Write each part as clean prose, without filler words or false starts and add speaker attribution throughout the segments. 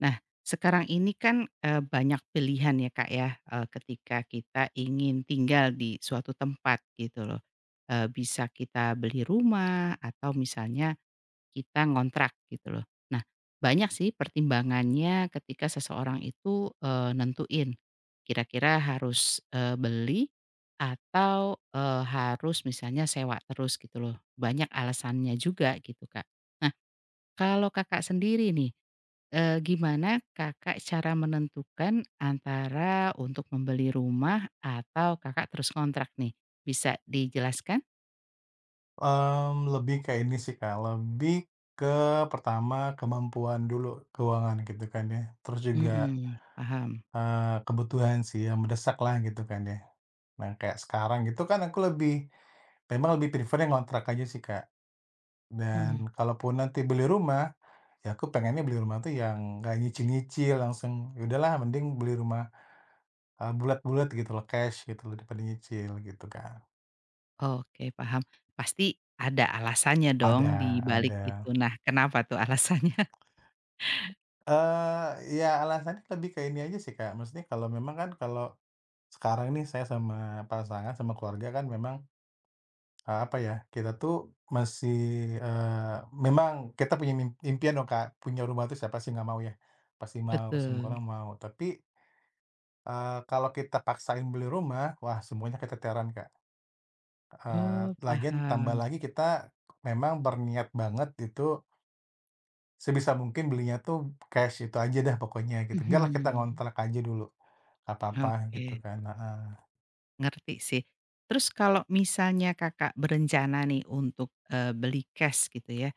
Speaker 1: Nah, sekarang ini kan, banyak pilihan ya, Kak, ya, ketika kita ingin tinggal di suatu tempat gitu loh. Bisa kita beli rumah atau misalnya kita ngontrak gitu loh. Nah, banyak sih pertimbangannya ketika seseorang itu, nentuin kira-kira harus, beli atau, harus misalnya sewa terus gitu loh. Banyak alasannya juga gitu, Kak. Nah, kalau Kakak sendiri nih, gimana Kakak cara menentukan antara untuk membeli rumah atau Kakak terus kontrak nih? Bisa dijelaskan?
Speaker 2: Lebih kayak ini sih, Kak, lebih ke pertama kemampuan dulu keuangan gitu kan ya, terus juga,
Speaker 1: Mhm, paham.
Speaker 2: kebutuhan sih yang mendesak lah gitu kan ya. Nah, kayak sekarang gitu kan aku lebih memang lebih prefer yang ngontrak aja sih, Kak,
Speaker 1: Mhm,
Speaker 2: dan kalaupun nanti beli rumah, ya aku pengennya beli rumah tuh yang gak nyicil-nyicil langsung, ya udahlah mending beli rumah, bulat-bulat gitu loh, cash gitu loh daripada nyicil gitu, kan.
Speaker 1: oke, paham. Pasti ada alasannya dong di
Speaker 2: Ada,
Speaker 1: balik
Speaker 2: ada.
Speaker 1: itu. Nah, kenapa tuh alasannya?
Speaker 2: eh ya alasannya lebih ke ini aja sih, Kak, maksudnya kalau memang kan kalau sekarang nih saya sama pasangan, sama keluarga kan memang, apa ya, kita tuh masih, eee, memang kita punya impian dong, Kak, punya rumah tuh siapa sih nggak mau ya, pasti mau, semua
Speaker 1: Betul.
Speaker 2: orang mau. Tapi, kalau kita paksain beli rumah, wah semuanya keteteran, Kak,
Speaker 1: Oh,
Speaker 2: lagian tambah
Speaker 1: paham.
Speaker 2: lagi kita memang berniat banget itu, sebisa mungkin belinya tuh cash itu aja dah pokoknya gitu, biarlah kita
Speaker 1: Mhm,
Speaker 2: ngontrak aja dulu, nggak apa-apa gitu
Speaker 1: oke,
Speaker 2: kan, heeh.
Speaker 1: ngerti sih. Terus kalau misalnya Kakak berencana nih untuk, beli cash gitu ya.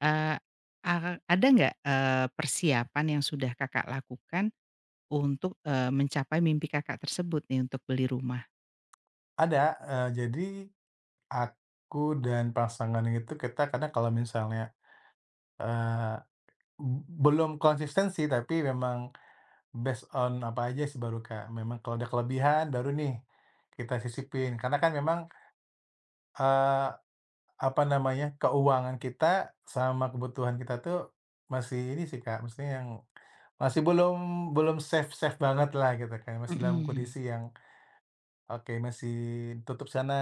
Speaker 1: Eee, a ada nggak, persiapan yang sudah Kakak lakukan untuk, mencapai mimpi Kakak tersebut nih untuk beli rumah?
Speaker 2: Ada, jadi aku dan pasangan itu kita kadang kalau misalnya, eee, belum konsistensi tapi memang based on apa aja sih baru Kak, memang kalau ada kelebihan baru nih kita sisipin karena kan memang, eee Apa namanya, keuangan kita sama kebutuhan kita tuh masih ini sih, Kak, maksudnya yang masih belum belum safe-safe banget lah gitu kan, masih dalam
Speaker 1: Mhm.
Speaker 2: kondisi yang, oke masih tutup sana,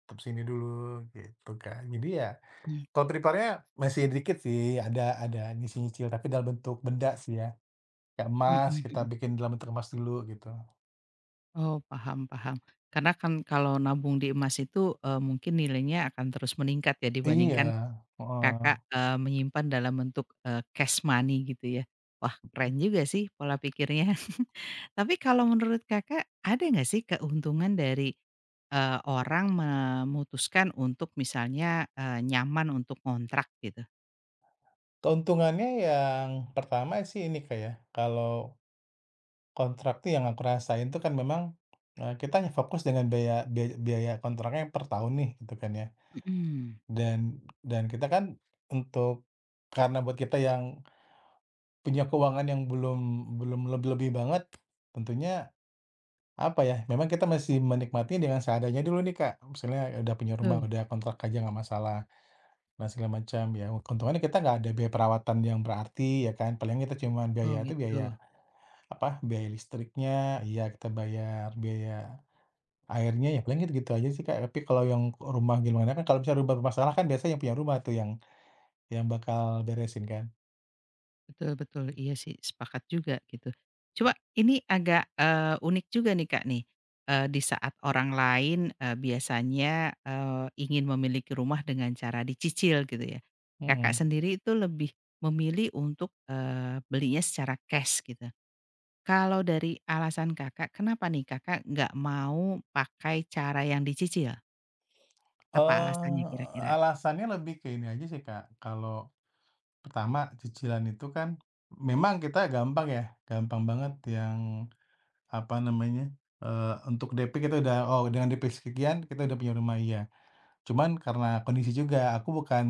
Speaker 2: tutup sini dulu gitu, kan. Jadi ya
Speaker 1: Mmm.
Speaker 2: kalau prepare-nya masih dikit sih, ada nyicil-nyicil tapi dalam bentuk benda sih ya, kayak
Speaker 1: mhm
Speaker 2: emas kita
Speaker 1: mhm.
Speaker 2: bikin dalam bentuk emas dulu gitu.
Speaker 1: Oh, paham, paham. Karena kan kalau nabung di emas itu, mungkin nilainya akan terus meningkat ya
Speaker 2: Iya,
Speaker 1: dibandingkan Kakak,
Speaker 2: heeh.
Speaker 1: menyimpan dalam bentuk, cash money gitu ya. Wah, keren juga sih pola pikirnya. Tapi kalau menurut Kakak ada nggak sih keuntungan dari, orang memutuskan untuk misalnya, nyaman untuk kontrak gitu?
Speaker 2: Keuntungannya yang pertama sih ini, kayak kalau kontrak tuh yang aku rasain tuh kan memang, kita hanya fokus dengan biaya biaya biaya kontraknya yang per tahun nih gitu kan ya,
Speaker 1: Mhm.
Speaker 2: dan dan kita kan untuk karena buat kita yang punya keuangan yang belum belum lebih-lebih banget, tentunya apa ya, memang kita masih menikmati dengan seadanya dulu nih Kak, misalnya udah punya rumah,
Speaker 1: Betul.
Speaker 2: udah kontrak aja nggak masalah, dan segala macam ya keuntungannya kita nggak ada biaya perawatan yang berarti ya kan, paling kita cuman
Speaker 1: Oh
Speaker 2: biaya itu
Speaker 1: gitu.
Speaker 2: biaya apa, biaya listriknya iya kita bayar, biaya akhirnya ya paling gitu-gitu aja sih, Kak, tapi kalau yang rumah gimana kan kalau misalnya rumah bermasalah kan biasanya yang punya rumah tuh yang bakal beresin kan,
Speaker 1: Betul, betul, iya sih, sepakat juga gitu. Coba ini agak, unik juga nih Kak nih, di saat orang lain, biasanya, ingin memiliki rumah dengan cara dicicil gitu ya. Kakak
Speaker 2: mhm.
Speaker 1: sendiri itu lebih memilih untuk, belinya secara cash gitu. Kalau dari alasan Kakak, kenapa nih Kakak nggak mau pakai cara yang dicicil? Apa alasannya
Speaker 2: Eee,
Speaker 1: kira-kira?
Speaker 2: alasannya lebih ke ini aja sih, Kak, kalau pertama cicilan itu kan memang kita gampang ya, gampang banget yang apa namanya, untuk DP kita udah, oh dengan DP sekian kita udah punya rumah, iya. Cuman karena kondisi juga aku bukan,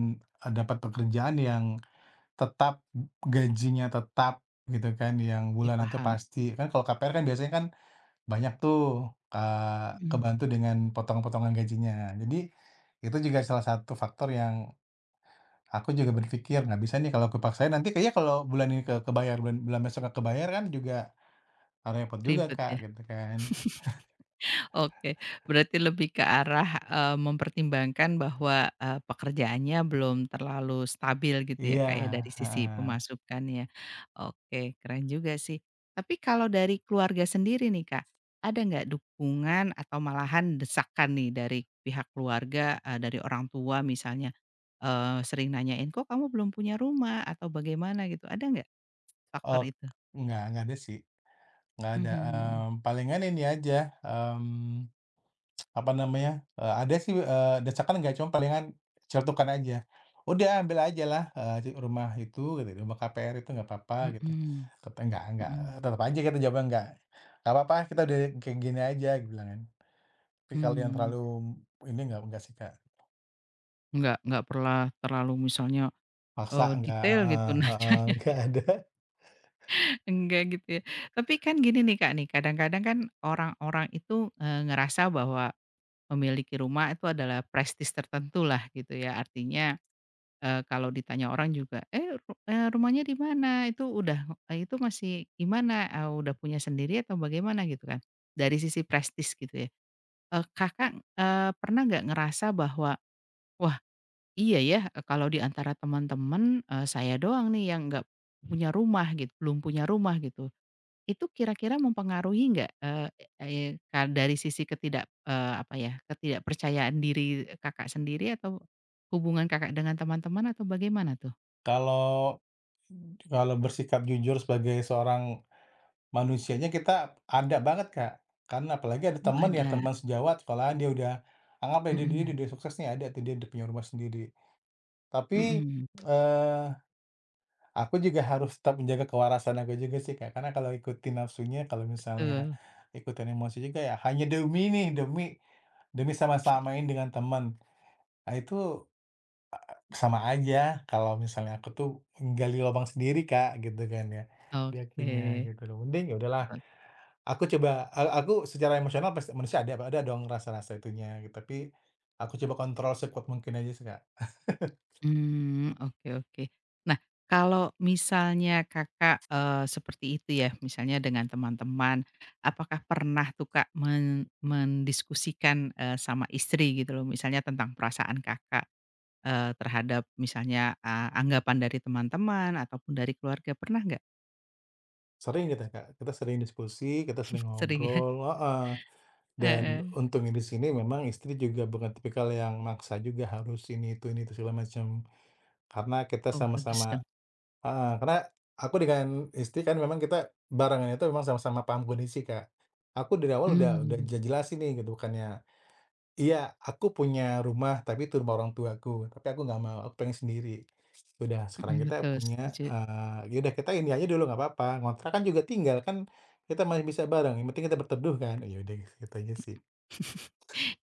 Speaker 2: dapat pekerjaan yang tetap, gajinya tetap gitu kan, yang
Speaker 1: Oke,
Speaker 2: bulanan tuh
Speaker 1: paham.
Speaker 2: pasti. Kan kalau KPR kan biasanya kan banyak tuh,
Speaker 1: Mhm.
Speaker 2: kebantu dengan potongan-potongan gajinya. Jadi, itu juga salah satu faktor yang aku juga berpikir, "Nggak bisa nih kalau aku paksain nanti kayaknya kalau bulan ini ke kebayar, bulan bulan besok nggak kebayar kan juga repot juga,
Speaker 1: Ribet
Speaker 2: Kak,"
Speaker 1: ya?
Speaker 2: gitu kan.
Speaker 1: Oke, berarti lebih ke arah, mempertimbangkan bahwa, pekerjaannya belum terlalu stabil gitu ya,
Speaker 2: Iya,
Speaker 1: Kak, ya, dari sisi
Speaker 2: heeh.
Speaker 1: pemasukannya. Oke, keren juga sih. Tapi kalau dari keluarga sendiri nih, Kak, ada nggak dukungan atau malahan desakan nih dari pihak keluarga, dari orang tua misalnya, sering nanyain, "Kok kamu belum punya rumah?" Atau bagaimana gitu, ada nggak faktor
Speaker 2: Ok
Speaker 1: itu?
Speaker 2: nggak ada sih, nggak ada,
Speaker 1: Mhm.
Speaker 2: palingan ini aja, mmm Apa namanya, ada sih, desakan nggak cuma palingan celetukan aja, "Udah ambil ajalah, di rumah itu," kata "rumah KPR itu nggak apa-apa," gitu.
Speaker 1: Mhm.
Speaker 2: Kata, nggak,"
Speaker 1: Mhm.
Speaker 2: tetep aja kita jawabnya, nggak apa-apa, kita udah kayak gini aja," aku bilang kan. Tapi kalau yang
Speaker 1: Mmm.
Speaker 2: terlalu ini nggak sih, Kak,
Speaker 1: Nggak pernah terlalu misalnya,
Speaker 2: paksa nggak
Speaker 1: detail gitu
Speaker 2: heeh heeh,
Speaker 1: nanyanya,
Speaker 2: nggak ada.
Speaker 1: enggak gitu ya. Tapi kan gini nih Kak nih, kadang-kadang kan orang-orang itu, ngerasa bahwa memiliki rumah itu adalah prestis tertentu lah gitu ya. Artinya, kalau ditanya orang juga, "Eh, rumahnya di mana? Itu udah itu masih gimana? Eee, udah punya sendiri atau bagaimana?" Gitu kan. Dari sisi prestis gitu ya. Kakak, pernah nggak ngerasa bahwa, wah, iya ya, kalau di antara teman-teman, saya doang nih yang nggak punya rumah gitu, belum punya rumah gitu. Itu kira-kira mempengaruhi nggak, eee eee, ka dari sisi ketidak apa ya, ketidakpercayaan diri Kakak sendiri atau hubungan Kakak dengan teman-teman atau bagaimana tuh?
Speaker 2: Kalau kalau bersikap jujur sebagai seorang manusianya kita ada banget, Kak. Karena apalagi ada
Speaker 1: Oh,
Speaker 2: teman ya,
Speaker 1: ada.
Speaker 2: teman sejawat sekolahan dia udah anggaplah dia dia
Speaker 1: mhm
Speaker 2: dia sukses nih, ada tuh dia udah punya rumah sendiri. Tapi,
Speaker 1: mhm,
Speaker 2: eee, aku juga harus tetap menjaga kewarasan aku juga sih, Kak. Karena kalau ikutin nafsunya, kalau misalnya
Speaker 1: betul,
Speaker 2: ikutin emosi juga ya hanya demi nih, demi demi sama-samain dengan teman. Nah itu sama aja kalau misalnya aku tuh menggali lubang sendiri, Kak, gitu kan ya, di
Speaker 1: oke.
Speaker 2: akunya gitu loh. Mending ya udahlah aku coba, aku secara emosional pasti manusia ada dong rasa-rasa itunya, gitu. Tapi aku coba kontrol sekuat mungkin aja sih, Kak.
Speaker 1: Mmm, oke, oke. Nah, kalau misalnya Kakak, seperti itu ya, misalnya dengan teman-teman, apakah pernah tuh Kak mendiskusikan, sama istri gitu loh, misalnya tentang perasaan Kakak, terhadap misalnya, anggapan dari teman-teman ataupun dari keluarga, pernah nggak?
Speaker 2: Sering kita, Kak, kita sering diskusi, kita sering
Speaker 1: Sering ya?
Speaker 2: ngobrol heeh, dan
Speaker 1: Heeh.
Speaker 2: untungnya di sini memang istri juga bukan tipikal yang maksa juga harus ini itu segala macam, karena kita
Speaker 1: Oh, bagus
Speaker 2: sama-sama
Speaker 1: dong.
Speaker 2: heeh, karena aku dengan istri kan memang kita barengan itu memang sama-sama paham kondisi, Kak. Aku dari awal udah udah
Speaker 1: Mmm,
Speaker 2: je jelasin nih gitu, bukannya iya, aku punya rumah, tapi itu rumah orang tuaku, tapi aku nggak mau, aku pengen sendiri. Udah sekarang
Speaker 1: mhm,
Speaker 2: kita
Speaker 1: betul,
Speaker 2: punya,
Speaker 1: setuju.
Speaker 2: ya udah kita ini aja dulu nggak apa-apa, ngontrak kan juga tinggal kan, kita masih bisa bareng, yang penting kita berteduh kan, ya udah gitu aja sih.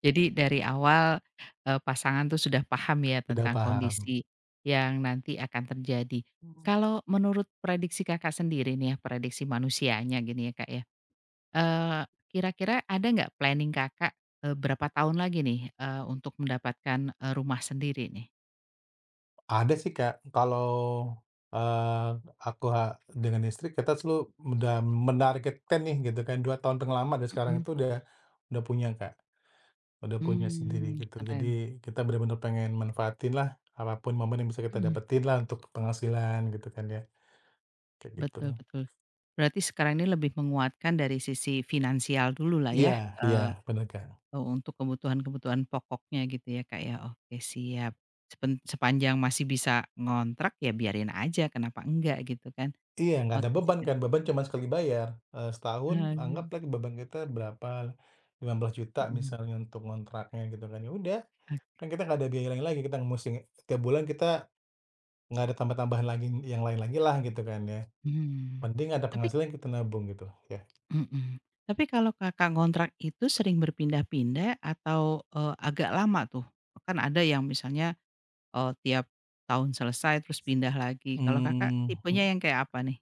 Speaker 1: Jadi dari awal, pasangan tuh sudah paham ya
Speaker 2: Udah
Speaker 1: tentang
Speaker 2: paham.
Speaker 1: kondisi yang nanti akan terjadi. Kalau menurut prediksi Kakak sendiri nih ya, prediksi manusianya gini ya, Kak, ya, eee, kira-kira ada nggak planning Kakak, berapa tahun lagi nih, untuk mendapatkan, rumah sendiri nih?
Speaker 2: Ada sih Kak, kalau, eee, aku dengan istri kita selalu udah menargetkan nih gitu kan, 2 tahun tengah lama dari sekarang
Speaker 1: Mhm.
Speaker 2: itu udah punya Kak. Udah punya sendiri
Speaker 1: Mmm,
Speaker 2: gitu. Jadi
Speaker 1: keren.
Speaker 2: kita benar-benar pengen manfaatin lah apapun momen yang bisa kita
Speaker 1: Mhm.
Speaker 2: dapetin lah untuk penghasilan gitu kan ya, kayak gitu.
Speaker 1: Betul, betul. Berarti sekarang ini lebih menguatkan dari sisi finansial dulu lah
Speaker 2: Iya
Speaker 1: ya.
Speaker 2: iya, bener Kak.
Speaker 1: Oh, untuk kebutuhan-kebutuhan pokoknya gitu ya, Kak, ya. Oke, siap. Sepanjang masih bisa ngontrak ya biarin aja, kenapa enggak gitu kan.
Speaker 2: Iya, nggak ada
Speaker 1: Oke sih,
Speaker 2: beban
Speaker 1: Kak.
Speaker 2: kan, beban cuma sekali bayar, setahun anggap
Speaker 1: Aduh.
Speaker 2: lagi beban kita berapa, 15 juta
Speaker 1: Mhm.
Speaker 2: misalnya untuk kontraknya gitu kan, ya udah,
Speaker 1: ak
Speaker 2: kan kita nggak ada biaya lain lagi, kita musti tiap bulan kita nggak ada tambah-tambahan lagi yang lain lagilah gitu kan ya,
Speaker 1: mmm.
Speaker 2: penting ada
Speaker 1: Tapi
Speaker 2: penghasilan kita nabung gitu ya.
Speaker 1: mhm, tapi kalau Kakak ngontrak itu sering berpindah-pindah atau, agak lama tuh? Kan ada yang misalnya, tiap tahun selesai terus pindah lagi. Kalau Kakak
Speaker 2: Mmm.
Speaker 1: tipenya yang kayak apa nih?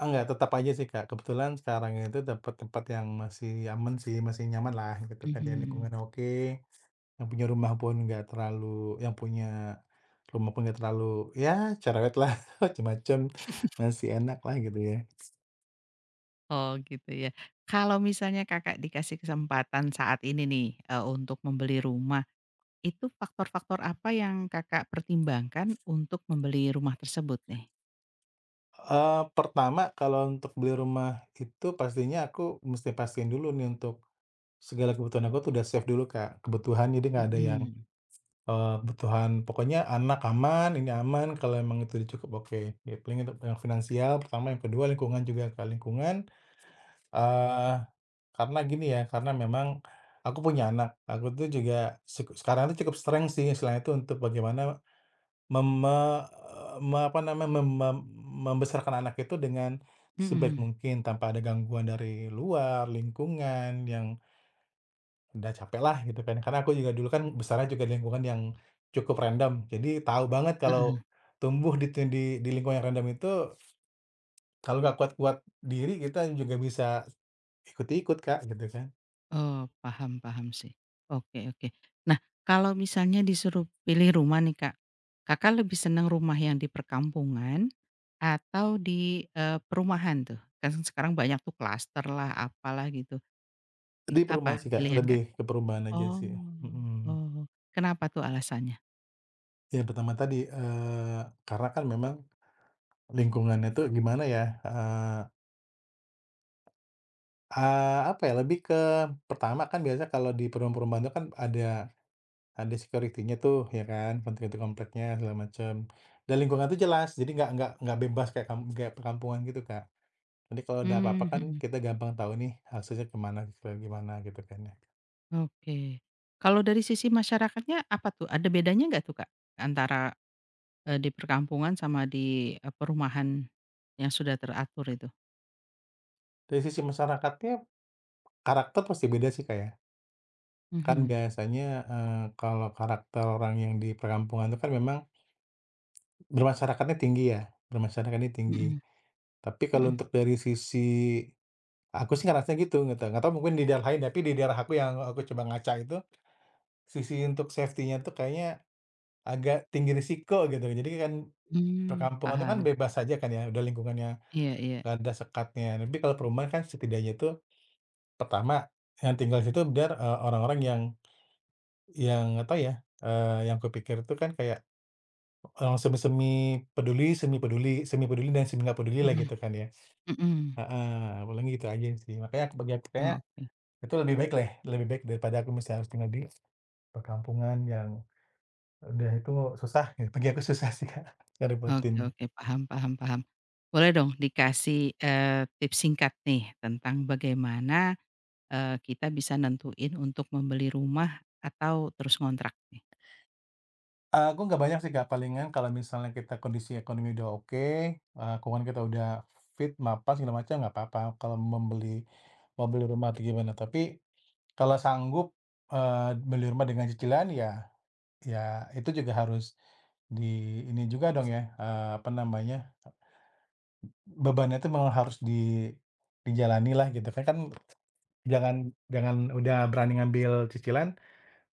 Speaker 2: Ah, nggak, tetap aja sih, Kak. Kebetulan sekarang itu dapet tempat yang masih aman sih, masih nyaman lah gitu kan, ya
Speaker 1: Mhm.
Speaker 2: lingkungan oke, yang punya rumah pun nggak terlalu yang punya rumah pun nggak terlalu, ya cerewet lah macam-macam masih enak lah gitu ya.
Speaker 1: Oh gitu ya. Kalau misalnya Kakak dikasih kesempatan saat ini nih, untuk membeli rumah, itu faktor-faktor apa yang Kakak pertimbangkan untuk membeli rumah tersebut nih?
Speaker 2: Pertama kalau untuk beli rumah itu pastinya aku mesti pastiin dulu nih untuk segala kebutuhan aku tuh udah save dulu, Kak, kebutuhan jadi nggak ada yang
Speaker 1: Mhm,
Speaker 2: kebutuhan pokoknya anak aman, ini aman, kalau emang itu cukup oke. Ya paling untuk yang finansial pertama, yang kedua lingkungan juga ke lingkungan, eh karena gini ya, karena memang aku punya anak, aku tuh juga sekarang tuh cukup strength sih istilahnya itu untuk bagaimana mem me me apa namanya, mem mem membesarkan anak itu dengan sebaik
Speaker 1: mhm,
Speaker 2: mungkin tanpa ada gangguan dari luar, lingkungan yang udah capek lah gitu kan, karena aku juga dulu kan besarnya juga di lingkungan yang cukup random, jadi tahu banget kalau
Speaker 1: heeh.
Speaker 2: tumbuh di lingkungan yang random itu kalau nggak kuat-kuat diri kita juga bisa ikut-ikut, Kak, gitu kan.
Speaker 1: Oh, paham, paham sih. Oke, oke. Nah, kalau misalnya disuruh pilih rumah nih Kak, Kakak lebih senang rumah yang di perkampungan atau di, perumahan tuh? Kan sekarang banyak tuh klaster lah apalah gitu,
Speaker 2: Di
Speaker 1: apa
Speaker 2: perumahan sih, Kak,
Speaker 1: pilihan Kakak?
Speaker 2: lebih ke perumahan aja
Speaker 1: Oh
Speaker 2: sih, mhm.
Speaker 1: oh, kenapa tuh alasannya?
Speaker 2: Yang pertama tadi, karena kan memang lingkungannya tuh gimana ya, eee, eee, apa ya, lebih ke pertama kan biasa kalau di perumahan-perumahan itu kan ada security-nya tuh ya kan, penting itu kompleknya segala macam, dan lingkungan tuh jelas jadi nggak bebas kayak kayak perkampungan gitu, Kak. Nanti kalau ada apa-apa
Speaker 1: Mmm,
Speaker 2: kan
Speaker 1: mhm,
Speaker 2: kita gampang tahu nih hasilnya kemana kayak gimana gitu kan ya.
Speaker 1: oke. Kalau dari sisi masyarakatnya apa tuh, ada bedanya nggak tuh, Kak? Antara, di perkampungan sama di, perumahan yang sudah teratur itu?
Speaker 2: Dari sisi masyarakatnya karakter pasti beda sih, Kak, ya. Kan
Speaker 1: Mhm,
Speaker 2: biasanya, kalau karakter orang yang di perkampungan itu kan memang bermasyarakatnya tinggi ya, bermasyarakatnya tinggi.
Speaker 1: mhm,
Speaker 2: Tapi kalau
Speaker 1: mhm,
Speaker 2: untuk dari sisi aku sih ngerasanya gitu nggak tahu mungkin di daerah lain tapi di daerah aku yang aku coba ngaca itu sisi untuk safety-nya tuh kayaknya agak tinggi risiko gitu. Jadi kan
Speaker 1: mmm,
Speaker 2: perkampungan itu kan
Speaker 1: paham,
Speaker 2: bebas saja kan ya, udah lingkungannya
Speaker 1: iya, iya,
Speaker 2: nggak ada sekatnya. Tapi kalau perumahan kan setidaknya itu pertama yang tinggal di situ biar, orang-orang yang nggak tahu ya, yang kupikir itu kan kayak orang semi-semi peduli, semi peduli semi peduli dan semi nggak peduli lah
Speaker 1: mhm,
Speaker 2: gitu kan ya.
Speaker 1: mhm,
Speaker 2: Heeh, paling gitu aja sih. Makanya aku bagi aku kayaknya
Speaker 1: oke,
Speaker 2: itu lebih baik lah lebih baik daripada aku mesti harus tinggal di perkampungan yang udah itu susah ya, bagi aku susah sih, Kak,
Speaker 1: oke,
Speaker 2: ngerepotin.
Speaker 1: oke, paham, paham, paham. Boleh dong dikasih, tips singkat nih tentang bagaimana kita bisa nentuin untuk membeli rumah atau terus ngontrak nih?
Speaker 2: Aku nggak banyak sih, Kak, palingan kalau misalnya kita kondisi ekonomi udah oke, keuangan kita udah fit, mapan, segala macam, nggak apa-apa kalau mau beli rumah atau gimana. Tapi kalau sanggup, beli rumah dengan cicilan ya ya itu juga harus di ini juga dong ya, apa namanya, bebannya itu memang harus dijalani lah gitu kan kan jangan jangan udah berani ngambil cicilan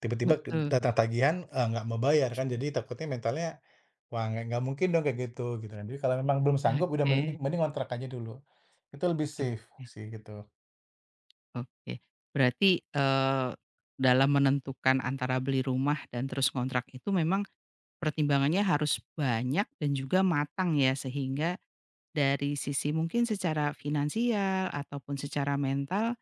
Speaker 2: tiba-tiba ke
Speaker 1: Betul.
Speaker 2: datang tagihan, nggak mau bayar kan, jadi takutnya mentalnya, "Wah nggak mungkin dong kayak gitu," gitu kan. Jadi kalau memang belum sanggup udah
Speaker 1: Oke,
Speaker 2: mending mending ngontrak aja dulu. Itu lebih safe sih gitu,
Speaker 1: oke, oke. Berarti, dalam menentukan antara beli rumah dan terus kontrak itu memang pertimbangannya harus banyak dan juga matang ya, sehingga dari sisi mungkin secara finansial ataupun secara mental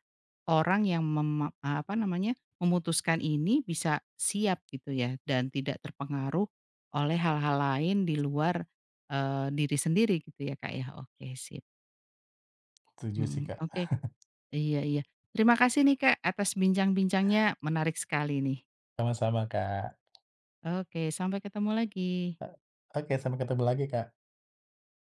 Speaker 1: orang yang apa namanya, memutuskan ini bisa siap gitu ya dan tidak terpengaruh oleh hal-hal lain di luar, diri sendiri gitu ya, Kak, ya. Oke, sip.
Speaker 2: setuju sih
Speaker 1: Mhm,
Speaker 2: Kak.
Speaker 1: oke, iya, iya. Terima kasih nih, Kak, atas bincang-bincangnya, menarik sekali nih.
Speaker 2: Sama-sama Kak.
Speaker 1: Oke, sampai ketemu lagi.
Speaker 2: E oke sampai ketemu lagi Kak.